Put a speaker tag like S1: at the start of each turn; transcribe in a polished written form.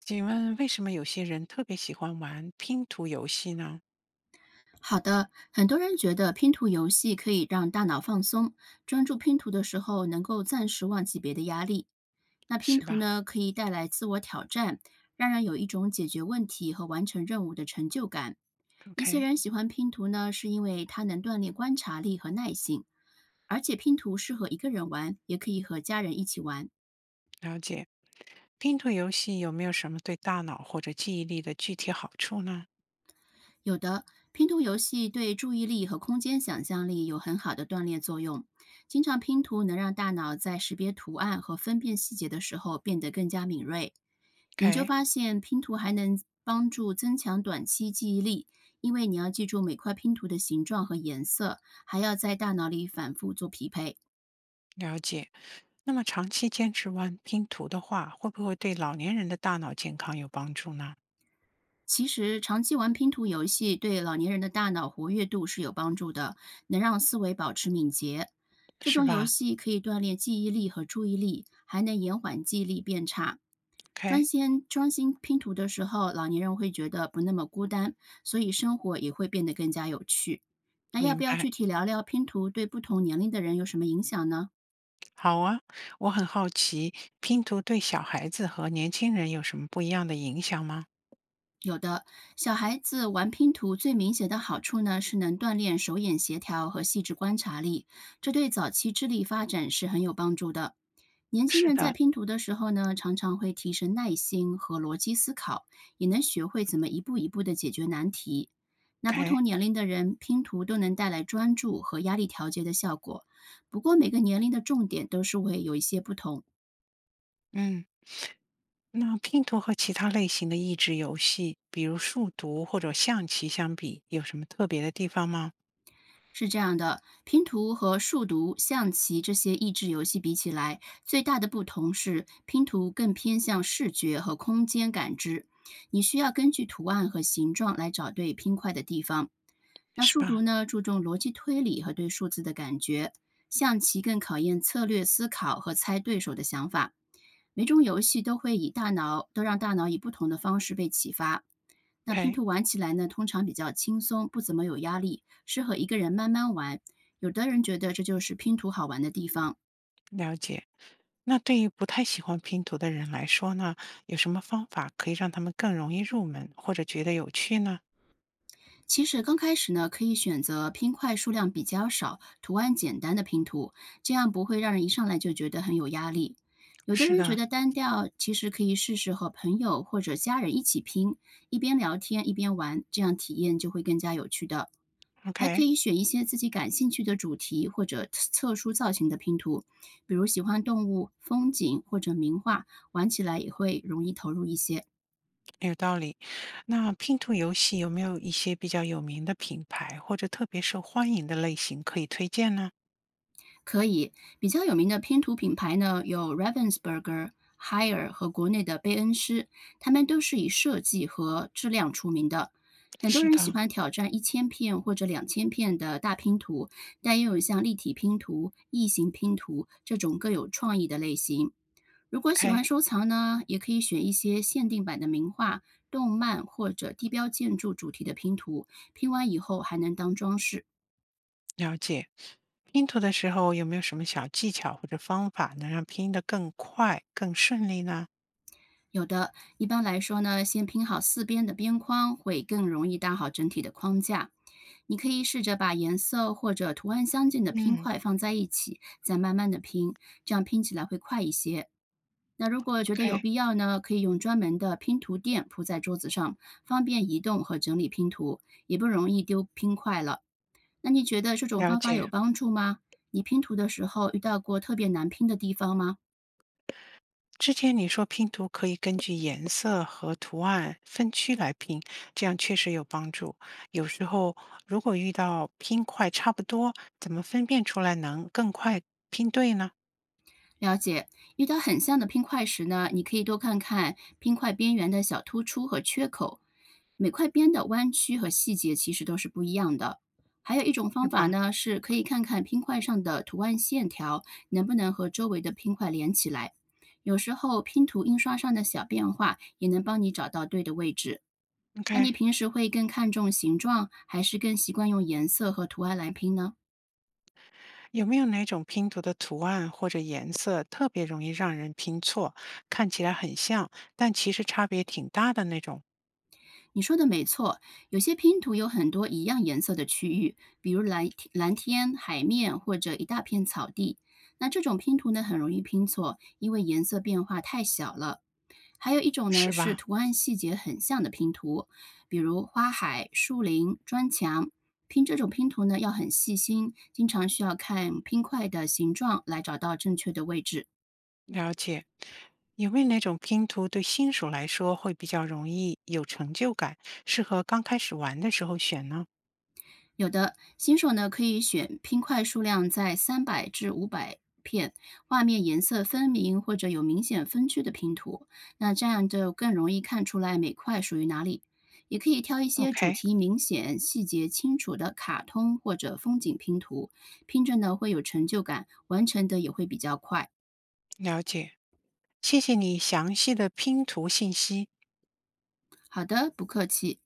S1: 请问为什么有些人特别喜欢玩拼图游戏呢？
S2: 好的，很多人觉得拼图游戏可以让大脑放松，专注拼图的时候能够暂时忘记别的压力。那拼
S1: 是
S2: 图
S1: 吧
S2: 呢，可以带来自我挑战，让人有一种解决问题和完成任务的成就感。一些
S1: ？OK，
S2: 人喜欢拼图呢，是因为它能锻炼观察力和耐性，而且拼图适合一个人玩，也可以和家人一起玩。
S1: 了解。拼图游戏有没有什么对大脑或者记忆力的具体好处呢
S2: 有的，拼图游戏对注意力和空间想象力有很好的锻炼作用。经常拼图能让大脑在识别图案和分辨细节的时候变得更加敏锐。研究
S1: ？OK，
S2: 发现，拼图还能帮助增强短期记忆力，因为你要记住每块拼图的形状和颜色，还要在大脑里反复做匹配。
S1: 了解。那么长期坚持玩拼图的话，会不会对老年人的大脑健康有帮助呢？
S2: 其实，长期玩拼图游戏对老年人的大脑活跃度是有帮助的，能让思维保持敏捷。这
S1: 是
S2: 种游
S1: 吧
S2: 戏可以锻炼记忆力和注意力，还能延缓记忆力变差。专
S1: ？OK，
S2: 心专心拼图的时候，老年人会觉得不那么孤单，所以生活也会变得更加有趣。那要
S1: 明
S2: 不要
S1: 白。
S2: 具体聊聊拼图对不同年龄的人有什么影响呢？
S1: 好啊，我很好奇，拼图对小孩子和年轻人有什么不一样的影响吗？
S2: 有的，小孩子玩拼图最明显的好处呢，是能锻炼手眼协调和细致观察力，这对早期智力发展是很有帮助的。年轻
S1: 是
S2: 人在
S1: 的
S2: 拼图的时候呢，常常会提升耐心和逻辑思考，也能学会怎么一步一步的解决难题。那不
S1: ，OK，
S2: 同年龄的人拼图都能带来专注和压力调节的效果，不过每个年龄的重点都是会有一些不同。
S1: 嗯。那拼图和其他类型的益智游戏，比如数独或者象棋相比，有什么特别的地方吗？
S2: 是这样的，拼图和数独、象棋这些益智游戏比起来，最大的不同是拼图更偏向视觉和空间感知，你需要根据图案和形状来找对拼块的地方，那
S1: 是
S2: 数独
S1: 吧
S2: 呢，注重逻辑推理和对数字的感觉；象棋更考验策略思考和猜对手的想法。每种游戏都会以大脑，都让大脑以不同的方式被启发。那拼
S1: ？OK，
S2: 图玩起来呢，通常比较轻松，不怎么有压力，适合一个人慢慢玩。有的人觉得这就是拼图好玩的地方。
S1: 了解。那对于不太喜欢拼图的人来说呢，有什么方法可以让他们更容易入门或者觉得有趣呢？
S2: 其实刚开始呢，可以选择拼块数量比较少、图案简单的拼图，这样不会让人一上来就觉得很有压力。有的
S1: 是
S2: 人觉
S1: 的
S2: 得单调，其实可以试试和朋友或者家人一起拼，一边聊天一边玩，这样体验就会更加有趣的。还可
S1: ，OK，
S2: 以选一些自己感兴趣的主题或者特殊造型的拼图，比如喜欢动物、风景或者名画，玩起来也会容易投入一些。
S1: 有道理。那拼图游戏有没有一些比较有名的品牌或者特别受欢迎的类型可以推荐呢？
S2: 可以，比较有名的拼图品牌呢，有 Ravensburger、Haier 和国内的贝恩诗，他们都是以设计和质量出名的。很多
S1: 是
S2: 人喜
S1: 的
S2: 欢挑战1000片或者2000片的大拼图，但又有像立体拼图、异形拼图这种更有创意的类型。如果喜欢
S1: ，OK，
S2: 收藏呢，也可以选一些限定版的名画、动漫或者地标建筑主题的拼图，拼完以后还能当装饰。
S1: 了解。拼图的时候有没有什么小技巧或者方法能让拼得更快、更顺利呢？
S2: 有的，一般来说呢，先拼好四边的边框会更容易搭好整体的框架。你可以试着把颜色或者图案相近的拼
S1: 嗯，
S2: 块放在一起，再慢慢的拼，这样拼起来会快一些。那如果觉得有
S1: ？OK，
S2: 必要呢，可以用专门的拼图垫铺在桌子上，方便移动和整理拼图，也不容易丢拼块了。那你觉得这种
S1: 了
S2: 方法
S1: 解。
S2: 有帮助吗？你拼图的时候遇到过特别难拼的地方吗？
S1: 之前你说拼图可以根据颜色和图案分区来拼，这样确实有帮助。有时候如果遇到拼块差不多，怎么分辨出来能更快拼对呢？
S2: 了解，遇到很像的拼块时呢，你可以多看看拼块边缘的小突出和缺口，每块边的弯曲和细节其实都是不一样的。还有一种
S1: 是
S2: 方法
S1: 吧
S2: 呢，是可以看看拼块上的图案线条能不能和周围的拼块连起来。有时候拼图印刷上的小变化也能帮你找到对的位置。那你
S1: ？OK，
S2: 平时会更看重形状，还是更习惯用颜色和图案来拼呢？
S1: 有没有哪种拼图的图案或者颜色特别容易让人拼错，看起来很像，但其实差别挺大的那种？
S2: 你说的没错，有些拼图有很多一样颜色的区域，比如蓝天、海面或者一大片草地。那这种拼图呢，很容易拼错，因为颜色变化太小了。还有一种呢
S1: 是
S2: 是
S1: 吧？
S2: 图案细节很像的拼图，比如花海、树林、砖墙。拼这种拼图呢，要很细心，经常需要看拼块的形状来找到正确的位置。
S1: 了解。有没有哪种拼图对新手来说会比较容易有成就感，适合刚开始玩的时候选呢
S2: 有的新手呢，可以选拼块数量在300至500片，画面颜色分明或者有明显分区的拼图，那这样就更容易看出来每块属于哪里。也可以挑一些主
S1: ？OK，
S2: 题明显、细节清楚的卡通或者风景拼图，拼着呢会有成就感，完成的也会比较快。
S1: 了解。谢谢你详细的拼图信息。
S2: 好的，不客气。